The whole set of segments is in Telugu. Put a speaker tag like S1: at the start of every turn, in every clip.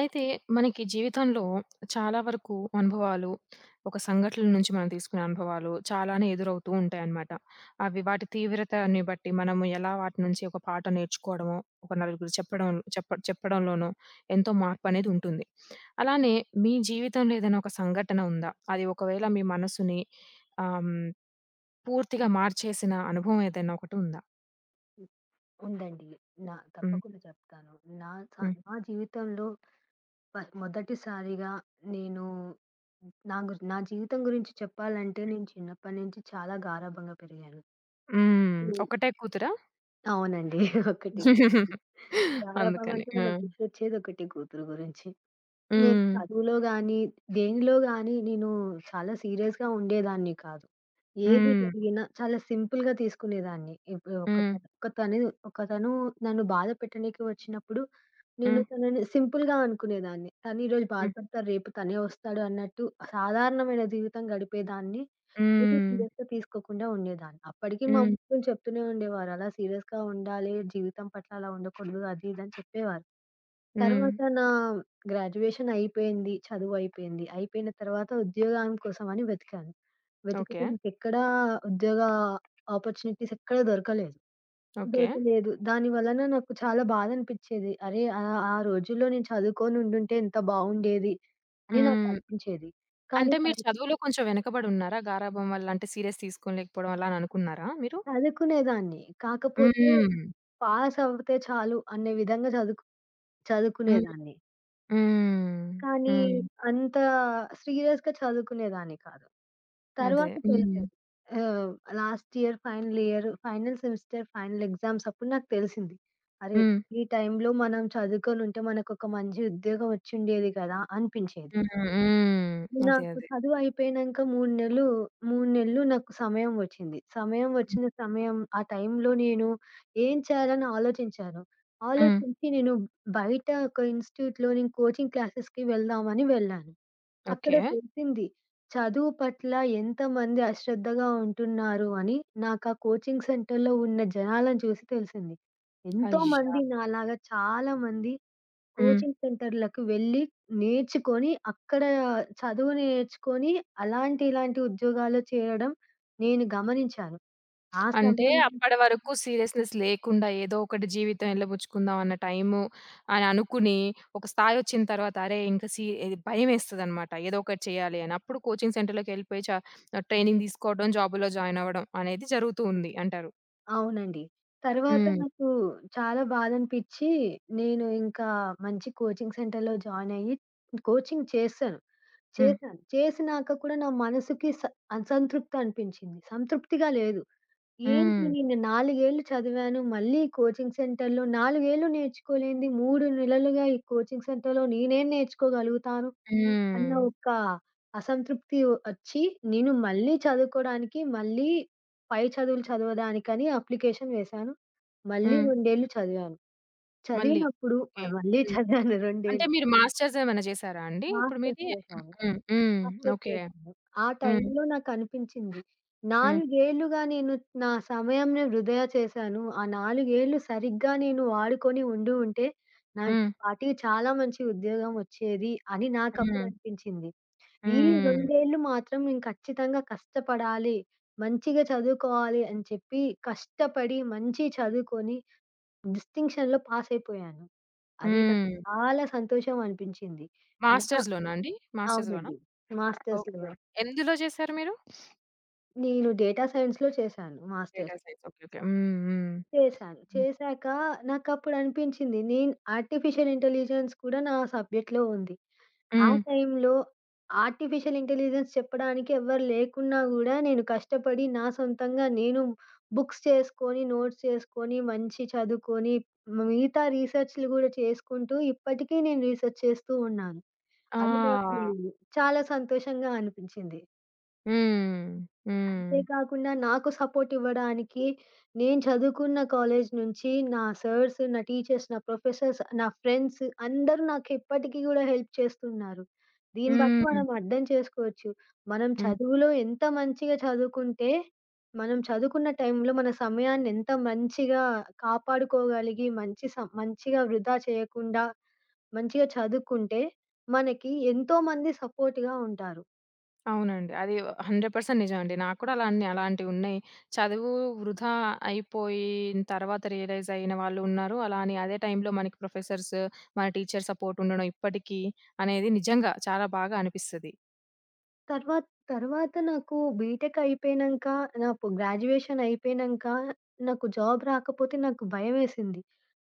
S1: అయితే మనకి జీవితంలో చాలా వరకు అనుభవాలు, ఒక సంఘటనల నుంచి మనం తీసుకునే అనుభవాలు చాలానే ఎదురవుతూ ఉంటాయన్నమాట. అవి వాటి తీవ్రతని బట్టి మనము ఎలా వాటి నుంచి ఒక పాఠం నేర్చుకోవడమో, ఒక నలుగురు చెప్పడంలోనో ఎంతో మార్పనేది ఉంటుంది. అలానే మీ జీవితంలో ఏదైనా ఒక సంఘటన ఉందా? అది ఒకవేళ మీ మనసుని ఆహ్, హ్మ్, పూర్తిగా మార్చేసిన అనుభవం ఏదైనా ఒకటి ఉందా?
S2: హ్మ్. ఉందండి.
S1: హ్మ్.
S2: తప్పకుండా చెప్తాను. నా స
S1: హ్మ్.
S2: నా జీవితంలో ప మొదటిసారిగా నేను నా జీవితం గురించి చెప్పాలంటే నేను చిన్నప్పటి నుంచి చాలా గారాబంగా పెరిగాను.
S1: హ్మ్.
S2: హ్మ్.
S1: ఒక్కటే కూతురా?
S2: అవునండి. ఒకటే కూతురు. గారాబం
S1: అందుకని.
S2: అంటే
S1: ఆ!
S2: మనకు గుర్తొచ్చేది ఒకటే కూతురు గురించి. నేను
S1: హ్మ్.
S2: చదువులో గాని, దేనిలో గాని నేను చాలా సీరియస్‌గా ఉండేదాన్ని కాదు. ఏది
S1: హ్మ్.
S2: జరిగినా చాలా సింపుల్‌గా తీసుకునేదాన్ని. ఇప్పుడు
S1: హ్మ్.
S2: ఒకతను ఒకతను నన్ను బాధ పెట్టనీకి వచ్చినప్పుడు నేను
S1: హ్మ్.
S2: తనని సింపుల్‌గా అనుకునేదాన్ని. తను ఈరోజు
S1: హ్మ్.
S2: బాధపడతారు, రేపు తనే వస్తాడు అన్నట్టు సాధారణమైన జీవితం గడిపేదాన్ని. ఏది
S1: హ్మ్.
S2: సీరియస్‌గా తీసుకోకుండా ఉండేదాన్ని. అప్పటికి మా
S1: హ్మ్.
S2: ముఖ్యులు చెప్తూనే ఉండేవారు. అలా సీరియస్‌గా ఉండాలి, జీవితం పట్ల అలా ఉండకూడదు అది ఇది అని చెప్పేవారు.
S1: హ్మ్.
S2: తర్వాత నా గ్రాడ్యుయేషన్ అయిపోయింది. చదువయిపోయింది. అయిపోయిన తర్వాత ఉద్యోగం కోసమని వెతికాను.
S1: ఓకే.
S2: వెతికితే నాకెక్కడా ఉద్యోగ ఆపర్చునిటీస్ ఎక్కడ దొరకలేదు.
S1: ఓకే.
S2: దొరకలేదు. దాని వలన నాకు చాలా బాధనిపిచ్చేది. అరే! ఆ ఆ రోజుల్లో నేను చదువుకోనుండుంటే ఎంత బావుండేది అని
S1: హ్మ్.
S2: నాకనిపించేది. కానీ
S1: అంటే మీరు
S2: పరి
S1: చదువులో కొంచెం వెనకబడి ఉన్నారా? గారాబం వల్ల అంటే సీరియస్ తీసుకోలేకపోవడం అలా అని అనుకున్నారా మీరు?
S2: చదువుకునేదాన్ని. కాకపోతే
S1: హ్మ్.
S2: పాసవుతే చాలు అనే విధంగా
S1: హ్మ్.
S2: చదువుకునేదాన్ని.
S1: హ్మ్.
S2: కానీ
S1: హ్మ్.
S2: అంత సీరియస్‌గా చదువుకునేదాన్ని కాదు.
S1: అదే.
S2: తర్వాత
S1: హ్మ్.
S2: తెలిసేది. ఆహ్, last year final year, final semester, final exams అప్పుడు నాకు తెలిసింది. అరే!
S1: హ్మ్.
S2: ఈ టైంలో మనం చదువుకొనుంటే మనకొక మంచి ఉద్యోగం వచ్చుండేది కదా! అనిపించేది.
S1: హ్మ్. హ్మ్. అదే.
S2: నాకు
S1: అదే.
S2: చదువు అయిపోయినంక 3 నెలలు నాకు సమయం వచ్చింది. సమయం వచ్చిన సమయం ఆ టైంలో నేను ఏం చేయాలని ఆలోచించాను.
S1: హ్మ్.
S2: ఆలోచించి నేను బయట ఒక ఇన్‌స్టిట్యూట్‌లో నేను కోచింగ్ క్లాసెస్‌కి వెళ్దామని వెళ్ళాను. అక్కడ
S1: ఓకే.
S2: తెలిసింది చదువు పట్ల ఎంతమంది అశ్రద్ధగా ఉంటున్నారు అని నాకా కోచింగ్ సెంటర్‌లో ఉన్న జనాలను చూసి తెలిసింది.
S1: అయ్యా!
S2: ఎంతోమంది నాలాగా చాలామంది
S1: హ్మ్.
S2: కోచింగ్ సెంటర్‌లకు వెళ్ళి నేర్చుకొని, అక్కడ చదువు నేర్చుకొని అలాంటి, ఇలాంటి ఉద్యోగాల్లో చేరడం నేను గమనించాను. ఆ
S1: అంటే
S2: సమయం
S1: అప్పడి వరకు సీరియస్‌నెస్ లేకుండా ఏదో ఒకటి జీవితం ఎల్లబుచ్చుకుందాం అన్న టైము అని అనుకుని, ఒక స్థాయొచ్చిన తర్వాత అరే! ఇంక ఇది భయమేస్తదనమాట. ఏదో ఒకటి చేయాలి అని. అప్పుడు కోచింగ్ సెంటర్‌లోకెళ్ళిపోయి ట్రైనింగ్ తీసుకోవడం, జాబ్‌లో జాయిన్ అవ్వడం అనేది జరుగుతూ ఉంది అంటారు.
S2: అవునండి. తర్వాత
S1: హ్మ్.
S2: నాకు చాలా బాధనిపిచ్చి, నేను ఇంకా మంచి కోచింగ్ సెంటర్‌లో జాయిన్ అయ్యి కోచింగ్ చేశాను.
S1: హ్మ్.
S2: చేశాను. చేసినాక కూడా నా మనసుకి స అసంతృప్తి అనిపించింది. సంతృప్తిగా లేదు. ఏంటి
S1: హ్మ్.
S2: నేను 4 ఏళ్ళు చదివాను. మళ్ళీ కోచింగ్ సెంటర్‌లో 4 ఏళ్ళు నేర్చుకోలేనిది 3 నెలలుగా ఈ కోచింగ్ సెంటర్‌లో నేనేం నేర్చుకోగలుగుతాను అన్న
S1: హ్మ్.
S2: ఒక అసంతృప్తి వచ్చి, నేను మళ్ళీ చదువుకోడానికి, మళ్ళీ పై చదువులు చదవడానికని అప్లికేషన్ వేశాను. మళ్ళీ
S1: హ్మ్.
S2: 2 ఏళ్ళు చదివాను.
S1: మళ్ళీ.
S2: చదివినప్పుడు
S1: ఓకే.
S2: మళ్ళీ
S1: హ్మ్.
S2: చదివాను 2
S1: అంటే
S2: ఏళ్ళు.
S1: మీరు మాస్టర్స్ ఏమైనా చేసారా అండి? ఇప్పుడు
S2: మార్క్స్
S1: మీది
S2: వచ్చేశాయి.
S1: హ్మ్. హ్మ్. హ్మ్.
S2: Observe
S1: okay.
S2: చేశాను. ఆ
S1: హ్మ్.
S2: టైంలో నాకనిపించింది.
S1: హ్మ్.
S2: 4 ఏళ్లుగా నేను నా సమయంని వృధా చేశాను. ఆ 4 ఏళ్లు సరిగ్గా నేను వాడుకొని ఉండి ఉంటే నాకు
S1: హ్మ్.
S2: ఈపాటికి చాలా మంచి ఉద్యోగం వచ్చేది అని నాకప్పుడు
S1: హ్మ్.
S2: అనిపించింది. ఈ
S1: హ్మ్.
S2: 2 ఏళ్లు మాత్రం నేను ఖచ్చితంగా కష్టపడాలి, మంచిగా చదువుకోవాలి అని చెప్పి కష్టపడి మంచి చదువుకొని డిస్టింక్షన్‌లో పాస్ అయిపోయాను. అది నాకు
S1: హ్మ్.
S2: చాలా సంతోషం అనిపించింది. నా
S1: మాస్టర్స్‌లోనా అండి? మాస్టర్స్‌లోనా?
S2: అవునండి. మాస్టర్స్‌లో.
S1: ఓకే. ఎందులో చేశారు మీరు?
S2: నేను డేటా సైన్స్‌లో చేశాను
S1: data
S2: masters.
S1: Science. Okay. Okay. హ్మ్. హ్మ్.
S2: చేశాను. చేశాక నాకప్పుడు అనిపించింది నేను ఆర్టిఫిషియల్ ఇంటెలిజెన్స్ కూడా నా సబ్జెక్ట్‌లో ఉంది. ఆ
S1: హ్మ్.
S2: టైంలో ఆర్టిఫిషియల్ ఇంటెలిజెన్స్ చెప్పడానికి ఎవ్వరు లేకున్నా గూడా నేను కష్టపడి నా సొంతంగా నేను బుక్స్ చేసుకొని, నోట్స్ చేసుకొని, మంచి చదువుకొని మిగతా రీసెర్చ్‌లు గూడా చేసుకుంటూ ఇప్పటికీ నేను రీసెర్చ్ చేస్తూ ఉన్నాను. అది నాకు
S1: ఆ!
S2: చాలా సంతోషంగా అనిపించింది.
S1: హ్మ్. హ్మ్.
S2: అంతే కాకుండా నాకు సపోర్ట్ ఇవ్వడానికి నేను చదువుకున్న కాలేజ్ నుంచి నా సార్స్, నా టీచర్స్, నా ప్రొఫెసర్స్, నా ఫ్రెండ్స్ అందరూ నాకు ఇప్పటికి గూడా హెల్ప్ చేస్తున్నారు. దీన్ని బట్టి
S1: హ్మ్.
S2: మనం అర్థం చేసుకోవచ్చు. మనం
S1: హ్మ్.
S2: చదువులో ఎంత మంచిగా చదువుకుంటే, మనం చదువుకున్న టైంలో మన సమయాన్ని ఎంత మంచిగా కాపాడుకోగలిగి, మంచిగా వృధా చేయకుండా మంచిగా చదువుకుంటే, మనకి ఎంతోమంది సపోర్ట్‌గా ఉంటారు.
S1: అవునండి. అది 100% నిజం అండి. నాకు కూడా అలాంటివున్నాయి. చదువు వృధా అయిపోయిన తర్వాత రియలైజ్ అయిన వాళ్ళు ఉన్నారు. అలా అని అదే టైంలో మనకి ప్రొఫెసర్స్, మన టీచర్ సపోర్ట్ ఉండడం ఇప్పటికీ అనేది నిజంగా చాలా బాగా అనిపిస్తది.
S2: తర్వా తర్వాత నాకు బీటెక్ అయిపోయినంక, నాకు గ్రాడ్యుయేషన్ అయిపోయినంక, నాకు జాబ్ రాకపోతే నాకు భయమేసింది.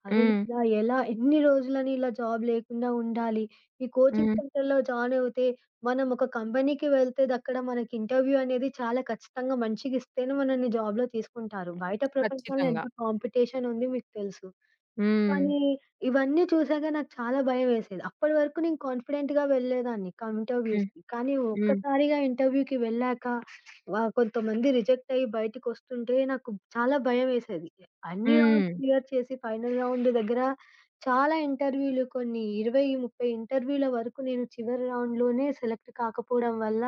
S2: అరే!
S1: హ్మ్.
S2: ఇలా ఎలా ఎన్ని రోజులని ఇలా జాబ్ లేకుండా ఉండాలి? ఈ కోచింగ్
S1: హ్మ్.
S2: సెంటర్‌లో జాయిన్ అవుతే, మనం ఒక కంపెనీకి వెళ్తే అక్కడ మనకి ఇంటర్వ్యూ అనేది చాలా ఖచ్చితంగా మంచిగిస్తేనే మనల్ని జాబ్‌లో తీసుకుంటారు. బయట ప్రపంచంలో
S1: ఖచ్చితంగా.
S2: ఎంత కాంపిటీషన్ ఉంది మీకు తెలుసు.
S1: హ్మ్.
S2: కానీ ఇవన్నీ చూసాక నాకు చాలా భయమేసేది. అప్పటి వరకు నేను కాన్ఫిడెంట్‌గా వెళ్ళేదాన్ని
S1: హ్మ్.
S2: ఇంటర్‌వ్యూస్‌కి. కానీ
S1: హ్మ్.
S2: ఒక్కసారిగా ఇంటర్‌వ్యూకి వెళ్ళాక కొంతమంది రిజెక్ట్ అయ్యి బయటికొస్తుంటే నాకు చాలా భయమేసేది. అన్ని
S1: హ్మ్.
S2: రౌండ్స్ క్లియర్ చేసి ఫైనల్ రౌండ్ దగ్గర చాలా ఇంటర్‌వ్యూలు కొన్ని 20, 30 ఇంటర్‌వ్యూల వరకు నేను చివరి రౌండ్‌లోనే సెలెక్ట్ కాకపోవడం వల్ల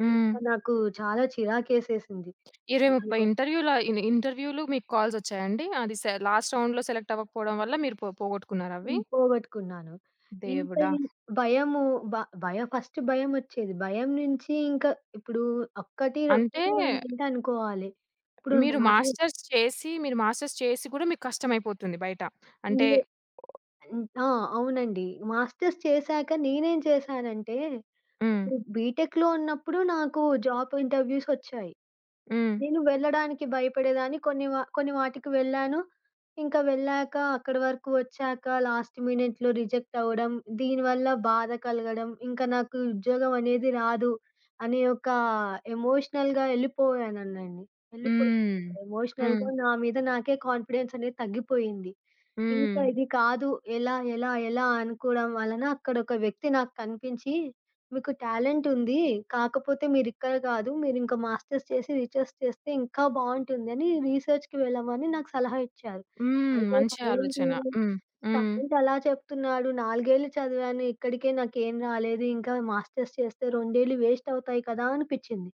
S1: హ్మ్.
S2: ఇంకా నాకు చాలా చిరాకేసేసింది.
S1: 20, 30 ఇంటర్వ్యూ‌లా ఇన్ ఇంటర్వ్యూ‌లు మీకు కాల్సొచ్చాయా అండి? అది లాస్ట్ రౌండ్‌లో సెలెక్ట్ అవ్వకపోవడం వల్ల మీరు పోగొట్టుకున్నారా అవి?
S2: హ్మ్. పోగొట్టుకున్నాను. ఇంకా
S1: దేవుడా!
S2: ఈ భయము బ భయం ఫస్ట్ భయమొచ్చేది. భయం నుంచి ఇంకా ఇప్పుడు ఒక్కటి,
S1: అంటే
S2: ఒక్కటి, రెండంటే అనుకోవాలి. ఇప్పుడు
S1: మీరు
S2: నాయి
S1: మాస్టర్స్ చేసి, మీరు మాస్టర్స్ చేసి కూడా మీకు కష్టమైపోతుంది బయట. అంటే
S2: లే ఆ! అవునండి. మాస్టర్స్ చేశాక నేనేం చేశానంటే,
S1: హ్మ్.
S2: ఇప్పుడు బీటెక్‌లో ఉన్నప్పుడు నాకు జాబ్ ఇంటర్వ్యూసొచ్చాయి.
S1: హ్మ్.
S2: నేను వెళ్ళడానికి భయపడేదాన్ని. కొన్ని వాటికి వెళ్ళాను. ఇంకా వెళ్ళాక అక్కడి వరకు వచ్చాక లాస్ట్ మినిట్‌లో రిజెక్ట్ అవ్వడం, దీనివల్ల బాధ కలగడం, ఇంకా నాకు ఉద్యోగం అనేది రాదు అనే ఒక ఎమోషనల్‌గా ఎళ్ళిపోయాననండి. ఎళ్ళిపోయాను.
S1: హ్మ్. హ్మ్.
S2: ఎమోషనల్‌గా నా మీద నాకే కాన్ఫిడెన్స్ అనేది తగ్గిపోయింది. ఇంకా
S1: హ్మ్.
S2: ఇది కాదు. ఎలా? ఎలా? ఎలా? అనుకోవడం వలన అక్కడొక వ్యక్తి నాకు కనిపించి, మీకు టాలెంట్ ఉంది. కాకపోతే మీరిక్కడ కాదు. మీరింకా మాస్టర్స్ చేసి, రీసెర్చ్ చేస్తే ఇంకా బావుంటుంది అని రీసెర్చ్‌కి వెళ్ళమని నాకు సలహా ఇచ్చారు.
S1: హ్మ్.
S2: అయితే
S1: మంచి ఆలోచన. హ్మ్. హ్మ్.
S2: తనేంటి అలా చెప్తున్నాడు? 4 ఏళ్ళు చదివాను. ఇక్కడికే నాకేం రాలేదు. ఇంకా మాస్టర్స్ చేస్తే 2 ఏళ్ళు వేస్ట్ అవుతాయి కదా అనిపిచ్చింది.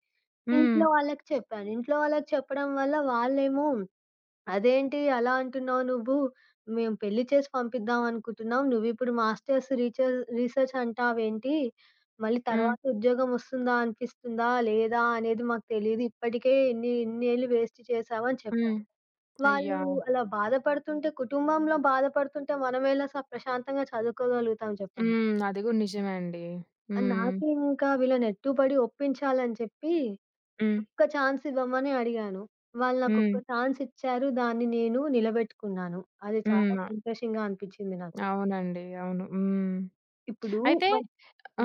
S1: హ్మ్.
S2: ఇంట్లో వాళ్ళకి చెప్పాను. ఇంట్లో వాళ్ళకి చెప్పడం వల్ల వాళ్ళేమో అదేంటి అలా అంటున్నావు నువ్వు? మేము పెళ్లి చేసి పంపిద్దాం అనుకుంటున్నాం. నువ్విప్పుడు మాస్టర్స్ రీసెర్చ్ అంటావేంటి? మళ్ళీ
S1: హ్మ్.
S2: తర్వాత ఉద్యోగం వస్తుందా, అనిపిస్తుందా, లేదా అనేది మాకు తెలీదు. ఇప్పటికే ఇన్నేళ్ళు వేస్ట్ చేశావు అని
S1: హ్మ్.
S2: చెప్పాను. వాళ్ళు
S1: అయ్యా!
S2: అలా బాధపడుతుంటే కుటుంబంలో బాధపడుతుంటే మనమెలా ప్రశాంతంగా చదువుకోగలుగుతాం చెప్పండి.
S1: హ్మ్. అది కూడా నిజమే అండి. హ్మ్.
S2: నాకు ఇంకా వీళ్ళని ఎట్టుపడి ఒప్పించాలని చెప్పి
S1: హ్మ్.
S2: ఒక్క ఛాన్స్ ఇవ్వమని అడిగాను. వాళ్ళు
S1: హ్మ్.
S2: నాకొక్క ఛాన్స్ ఇచ్చారు. దాన్ని నేను నిలబెట్టుకున్నాను. అది చాలా
S1: హ్మ్.
S2: సంతోషంగా అనిపిచ్చింది నాకు.
S1: అవునండి. అవును. హ్మ్.
S2: ఇప్పుడు
S1: అయితే
S2: మ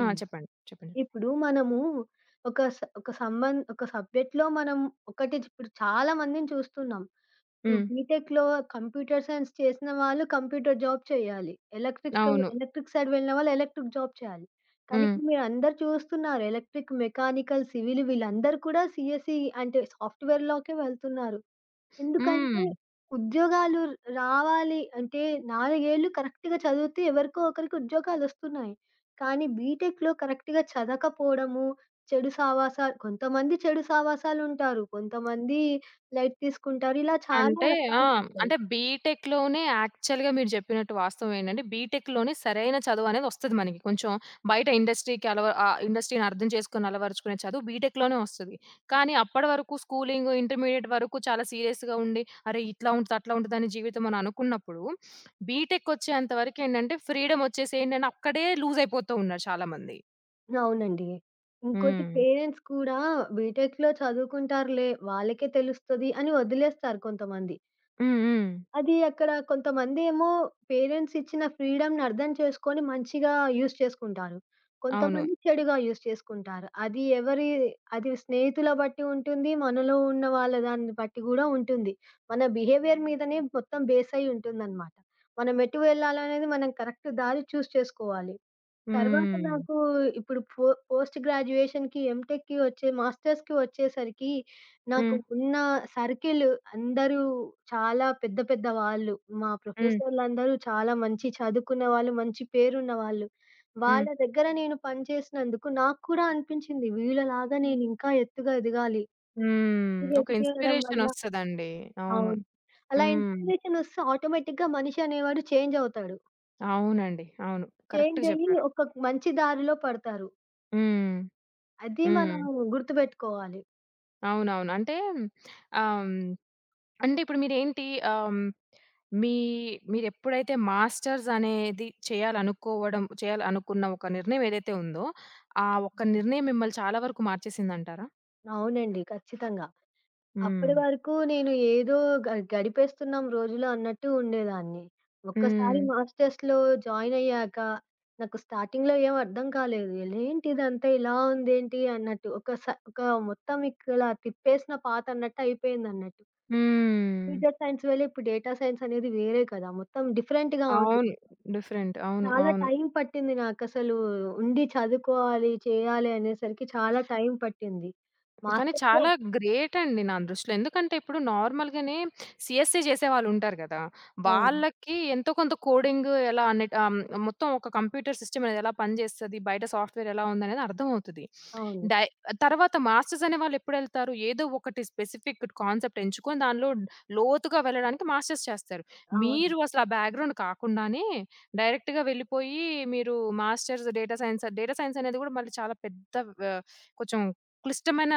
S1: ఆ! చెప్పండి. చెప్పండి.
S2: ఇప్పుడు మనము ఒక స ఒక సంబం ఒక సబ్జెక్ట్‌లో మనం ఒకటి ఇప్పుడు చాలా మందిని చూస్తున్నాం. ఇప్పుడు
S1: హ్మ్.
S2: బీటెక్‌లో కంప్యూటర్ సైన్స్ చేసిన వాళ్ళు కంప్యూటర్ జాబ్ చేయాలి. ఎలక్ట్రిక్
S1: అవును.
S2: ఎలక్ట్రిక్ సైడ్ వెళ్ళిన వాళ్ళు ఎలక్ట్రిక్ జాబ్ చేయాలి. కానీ
S1: హ్మ్.
S2: ఇప్పుడు మీరందరూ చూస్తున్నారు. ఎలక్ట్రిక్, మెకానికల్, సివిల్ వీళ్ళందరూ కూడా సీఎస్ఈ అంటే సాఫ్ట్‌వేర్‌లోకే వెళ్తున్నారు. ఎందుకంటే,
S1: హ్మ్.
S2: ఉద్యోగాలు రావాలి అంటే 4 ఏళ్ళు కరెక్ట్‌గా చదివితే ఎవరికో ఒకరికి ఉద్యోగాలొస్తున్నాయి. కానీ బీటెక్‌లో కరెక్ట్‌గా చదవకపోవడము, చెడు సావాసాలు కొంతమంది చెడు సావాసాలుంటారు. కొంతమంది లైట్ తీసుకుంటారు. ఇలా చాలా
S1: అంటే ఆ!
S2: రకాలుంటాయి.
S1: అంటే బీటెక్‌లోనే యాక్చువల్‌గా మీరు చెప్పినట్టు వాస్తవం ఏంటంటే, బీటెక్‌లోనే సరైన చదువనేది వస్తది మనకి. కొంచెం బయట ఇండస్ట్రీకి ఇండస్ట్రీని అర్థం చేసుకొని అలవరుచుకునే చదువు బీటెక్‌లోనే వస్తది. కానీ అప్పటి వరకు స్కూలింగ్, ఇంటర్మీడియేట్ వరకు చాలా సీరియస్‌గా ఉండి, అరే! ఇట్లా ఉంటది, అట్లా ఉంటదని జీవితం అని అనుకున్నప్పుడు, బీటెక్‌కొచ్చేంత వరకేంటంటే, ఫ్రీడమ్ వచ్చేసి ఏంటంటే, అక్కడే లూజ్ అయిపోతూ ఉన్నారు చాలామంది.
S2: అవునండి. ఇంకోటి
S1: హ్మ్.
S2: పేరెంట్స్ కూడా బీటెక్‌లో చదువుకుంటారులే, వాళ్ళకే తెలుస్తది అని వదిలేస్తారు కొంతమంది.
S1: హ్మ్. హ్మ్.
S2: అది అక్కడ కొంతమందేమో పేరెంట్స్ ఇచ్చిన ఫ్రీడమ్‌ని అర్థం చేసుకొని మంచిగా యూజ్ చేసుకుంటారు.
S1: అవును.
S2: కొంతమంది చెడుగా యూజ్ చేసుకుంటారు. అది స్నేహితుల బట్టి ఉంటుంది. మనలో ఉన్న వాళ్ళ దాన్ని బట్టి గూడా ఉంటుంది. మన బిహేవియర్ మీదనే మొత్తం బేస్ అయ్యి ఉంటుందనమాట. మనం ఎటు వెళ్ళాలనేది మనం కరెక్ట్ దారి చూజ్ చేసుకోవాలి. తర్వాత
S1: హ్మ్.
S2: నాకు ఇప్పుడు పో పోస్ట్ గ్రాడ్యుయేషన్‌కి, ఎంటెక్‌కి వచ్చే మాస్టర్స్‌కి వచ్చేసరికి నాకు
S1: హ్మ్.
S2: ఉన్న సర్కిల్ అందరూ చాలా పెద్ద పెద్ద వాళ్ళు. మా
S1: హ్మ్.
S2: ప్రొఫెసర్‌లందరూ చాలా మంచి చదువుకున్న వాళ్ళు, మంచి పేరున్న వాళ్ళు.
S1: హ్మ్.
S2: వాళ్ళ దగ్గర నేను పనిచేసినందుకు నాకు కూడా అనిపించింది వీళ్ళలాగా
S1: హ్మ్.
S2: నేను ఇంకా ఎత్తుగా ఎదగాలి.
S1: హ్మ్.
S2: ఎత్తుగా
S1: ఒక
S2: ఎదిగేయడం వల్ల
S1: ఇన్‌స్పిరేషనొస్తదండి. అవును.
S2: అవును. అలా
S1: హ్మ్.
S2: ఇన్‌స్పిరేషన్ వస్తే ఆటోమేటిక్‌గా మనిషి అనేవాడు చేంజ్ అవుతాడు.
S1: అవునండి. అవును.
S2: చేంజ్
S1: కరెక్ట్‌గా
S2: అయ్యి
S1: చెప్పారు.
S2: ఒక మంచి దారిలో పడతారు.
S1: హ్మ్.
S2: అది
S1: హ్మ్.
S2: మనం గుర్తుపెట్టుకోవాలి.
S1: అవునవును. అంటే ఆహ్, హ్మ్, అంటే ఇప్పుడు మీరేంటి ఆహ్, హ్మ్, మీ మీరెప్పుడైతే మాస్టర్స్ అనేది చేయాలనుకోవడం చేయాలనుకున్న ఒక నిర్ణయం ఏదైతే ఉందో, ఆ ఒక్క
S2: హ్మ్.
S1: నిర్ణయం మిమ్మల్ని చాలా వరకు మార్చేసిందంటారా?
S2: అవునండి. ఖచ్చితంగా.
S1: హ్మ్.
S2: అప్పటి వరకు నేను ఏదో గడిపేస్తున్నాం రోజులు అన్నట్టు ఉండేదాన్ని. ఒక్కసారి
S1: హ్మ్.
S2: మాస్టర్స్‌లో జాయిన్ అయ్యాక నాకు స్టార్టింగ్‌లో ఏం అర్థం కాలేదు. "ఏంటి ఇదంతా ఇలా ఉందేంటి?" అన్నట్టు. ఒక స ఒక మొత్తం ఇలా తిప్పేసిన పాత అన్నట్టు అయిపోయిందన్నట్టు.
S1: హ్మ్.
S2: ఫ్యూచర్ సైన్స్ వేళ ఇప్పుడు డేటా సైన్స్ అనేది వేరే కదా! మొత్తం డిఫరెంట్‌గా ఉంది.
S1: అవును. డిఫరెంట్. అవును.
S2: చాలా
S1: అవును.
S2: టైం పట్టింది నాకసలు. ఉండి చదువుకోవాలి, చేయాలి అనేసరికి చాలా టైం పట్టింది.
S1: కానీ
S2: మాస్టర్స్‌లో
S1: చాలా గ్రేట్ అండి నా దృష్టిలో. ఎందుకంటే ఇప్పుడు నార్మల్‌గానే సీఎస్‌సి చేసేవాళ్ళుంటారు గదా!
S2: అవును.
S1: వాళ్ళకి ఎంతో కొంత కోడింగ్ ఎలా అనే మొత్తం ఒక కంప్యూటర్ సిస్టమ్ అనేది ఎలా పనిచేస్తది, బయట సాఫ్ట్‌వేర్ ఎలా ఉందనేది అర్థమవుతది.
S2: అవును.
S1: డై తర్వాత మాస్టర్స్ అనే వాళ్ళెప్పుడెళ్తారు? ఏదో ఒకటి స్పెసిఫిక్ కాన్సెప్ట్ ఎంచుకొని దానిలో లోతుగా వెళ్ళడానికి మాస్టర్స్ చేస్తారు.
S2: అవును.
S1: మీరు అసలు ఆ బ్యాక్‌గ్రౌండ్ కాకుండానే డైరెక్ట్‌గా వెళ్ళిపోయి మీరు మాస్టర్స్ డేటా సైన్స్ అనేది గూడా మళ్ళీ చాలా పెద్ద ఆహ్, కొంచెం క్లిష్టమైన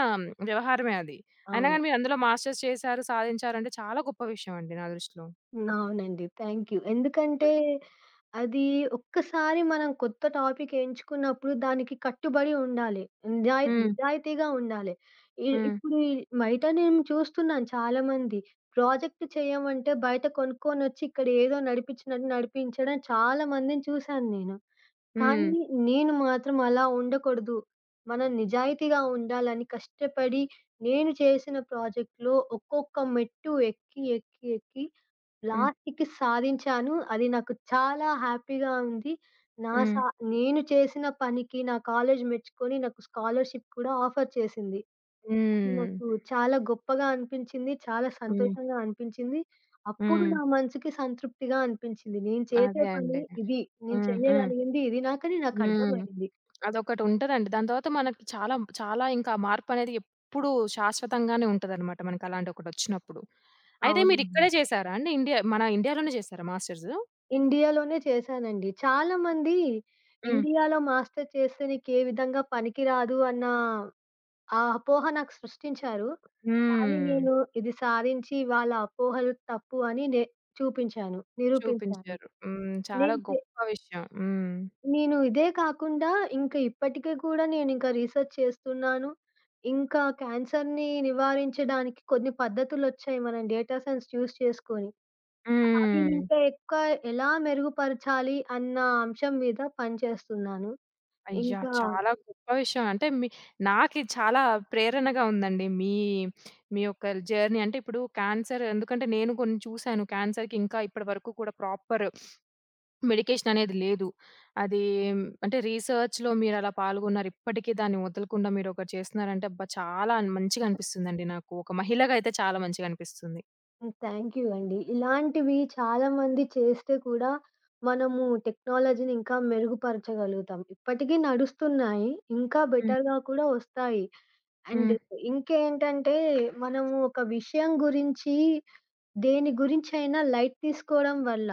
S1: వ్యవహారమే అది. అయినా
S2: అవును.
S1: గాని మీరు అందులో మాస్టర్స్ చేశారు, సాధించారంటే చాలా గొప్ప విషయం అండి నా దృష్టిలో.
S2: హ్మ్. అవునండి. Thank you. ఎందుకంటే అది ఒక్కసారి మనం కొత్త టాపిక్ ఎంచుకున్నప్పుడు దానికి కట్టుబడి ఉండాలి.
S1: హ్మ్.
S2: నిజాయితీగా ఉండాలి. ఇ
S1: హ్మ్.
S2: ఇప్పుడు ఈ బయట నేను చూస్తున్నాను చాలామంది. ప్రాజెక్ట్ చేయమంటే బయట కొనుక్కొనొచ్చి ఇక్కడ ఏదో నడిపించినట్టు నడిపించడం చాలా మందిని చూశాను నేను.
S1: హ్మ్.
S2: కానీ నేను మాత్రం అలా ఉండకూడదు. మనం నిజాయితీగా ఉండాలని కష్టపడి నేను చేసిన ప్రాజెక్ట్‌లో ఒక్కొక్క మెట్టు ఎక్కి, ఎక్కి, ఎక్కి
S1: హ్మ్.
S2: లాస్ట్‌కి సాధించాను. అది నాకు చాలా హ్యాపీగా ఉంది. నా
S1: హ్మ్.
S2: సా నేను చేసిన పనికి నా కాలేజ్ మెచ్చుకొని నాకు స్కాలర్‌షిప్ కూడా ఆఫర్ చేసింది.
S1: హ్మ్. హ్మ్.
S2: నాకు చాలా గొప్పగా అనిపించింది. చాలా
S1: హ్మ్.
S2: సంతోషంగా అనిపించింది. అప్పుడు
S1: హ్మ్.
S2: నా మనసుకి సంతృప్తిగా అనిపించింది. నేను చేసే
S1: అదే
S2: పని
S1: అండి.
S2: ఇది. నేను
S1: హ్మ్. హ్మ్.
S2: చెయ్యగలిగింది ఇది నాకని
S1: హ్మ్.
S2: నాకర్థమయింది.
S1: అదొకటి ఉంటదండి. దాని తర్వాత మనకి చాలా, చాలా ఇంకా మార్పనేది ఎప్పుడూ శాశ్వతంగానే ఉంటదనమాట మనకలాంటి ఒకటొచ్చినప్పుడు. అయితే మీరిక్కడే
S2: అవునండి.
S1: చేశారా అండి? మన ఇండియాలోనే చేశారా మాస్టర్స్?
S2: ఇండియాలోనే చేశానండి. చాలామంది
S1: హ్మ్.
S2: ఇండియాలో మాస్టర్ చేస్తే నీకే విధంగా పనికిరాదు అన్న ఆ అపోహ నాకు సృష్టించారు. కానీ
S1: హ్మ్.
S2: నేను ఇది సాధించి వాళ్ళ అపోహలు తప్పు అని చూపించాను. నిరూపించాను.
S1: చూపించారు. హ్మ్. చాలా
S2: నేను చే
S1: గొప్ప విషయం. హ్మ్.
S2: నేను ఇదే కాకుండా ఇంకా ఇప్పటికి కూడా నేనింకా రీసెర్చ్ చేస్తున్నాను. ఇంకా క్యాన్సర్‌ని నివారించడానికి కొన్ని పద్ధతులొచ్చాయి మనం డేటా సైన్స్ యూజ్ చేసుకొని. అవి
S1: హ్మ్.
S2: ఇంకా ఎక్కువ ఎలా మెరుగుపరచాలి అన్న అంశం మీద పనిచేస్తున్నాను.
S1: అయ్యా!
S2: ఇంకా
S1: చాలా గొప్ప విషయం. అంటే మీ నాకి చాలా ప్రేరణగా ఉందండి. మీ మీ యొక్క జర్నీ అంటే ఇప్పుడు క్యాన్సర్ ఎందుకంటే నేను కొన్ని చూసాను. క్యాన్సర్‌కి ఇంకా ఇప్పటి వరకు కూడా ప్రాపర్ మెడికేషన్ అనేది లేదు. అది అంటే రీసెర్చ్‌లో మీరలా పాల్గొన్నారు. ఇప్పటికీ దాన్ని వదలకుండా మీరొకటి చేస్తున్నారంటే అబ్బా! చాలా మంచిగా అనిపిస్తుందండి నాకు. ఒక మహిళగా అయితే చాలా మంచిగా అనిపిస్తుంది.
S2: హ్మ్. థ్యాంక్ యూ అండి. ఇలాంటివి చాలామంది చేస్తే కూడా మనము టెక్నాలజీని ఇంకా మెరుగుపరచగలుగుతాం. ఇప్పటికీ నడుస్తున్నాయి. ఇంకా
S1: హ్మ్.
S2: బెటర్‌గా కూడా వస్తాయి. అండ్
S1: హ్మ్.
S2: ఇంకేంటంటే, మనము ఒక విషయం గురించి, దేని గురించైనా లైట్ తీసుకోవడం వల్ల,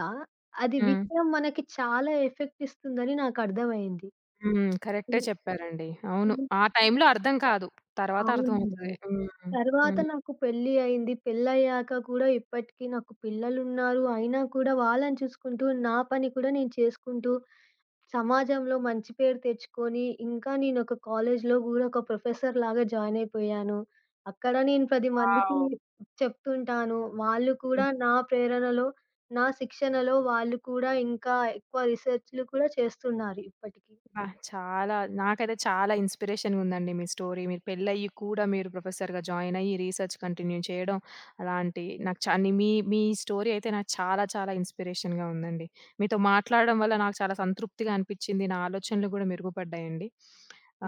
S2: అది
S1: హ్మ్.
S2: విషయం మనకి చాలా ఎఫెక్ట్ ఇస్తుందని నాకర్థమైంది.
S1: హ్మ్. కరెక్టే
S2: హ్మ్.
S1: చెప్పారండి. అవును.
S2: హ్మ్.
S1: ఆ టైంలో అర్థం కాదు. తర్వాత అర్థమవుతది.
S2: అవునండి.
S1: హ్మ్.
S2: తర్వాత
S1: హ్మ్.
S2: నాకు పెళ్లి అయింది. పెళ్లయ్యాక కూడా ఇప్పటికి నాకు పిల్లలున్నారు. అయినా కూడా వాళ్ళని చూసుకుంటూ, నా పని కూడా నేను చేసుకుంటూ సమాజంలో మంచి పేరు తెచ్చుకొని, ఇంకా నేనొక కాలేజ్‌లో గూడా ఒక ప్రొఫెసర్‌లాగా జాయిన్ అయిపోయాను. అక్కడ నేను 10
S1: వావ్!
S2: మందికి చెప్తుంటాను. వాళ్ళు కూడా నా ప్రేరణలో, నా శిక్షణలో వాళ్ళు కూడా ఇంకా ఎక్కువ రిసెర్చ్‌లు కూడా చేస్తున్నారు ఇప్పటికి.
S1: అబ్బా! చాలా నాకైతే చాలా ఇన్‌స్పిరేషన్‌గా ఉందండి మీ స్టోరీ. మీరు పెళ్లయ్యి కూడా మీరు ప్రొఫెసర్‌గా జాయిన్ అయ్యి రీసెర్చ్ కంటిన్యూ చేయడం. అలాంటి నాకు మీ మీ స్టోరీ అయితే నాకు చాలా చాలా ఇన్‌స్పిరేషన్‌గా ఉందండి. మీతో మాట్లాడడం వల్ల నాకు చాలా సంతృప్తిగా అనిపించింది. నా ఆలోచనలు కూడా మెరుగుపడ్డాయండి.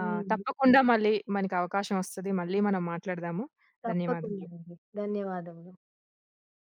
S1: తప్పకుండా మళ్ళీ మనకి అవకాశం వస్తది. మళ్ళీ మనం మాట్లాడదాము.
S2: తప్పకుండా
S1: ధన్యవాదాలు.
S2: అండి. ధన్యవాదములు.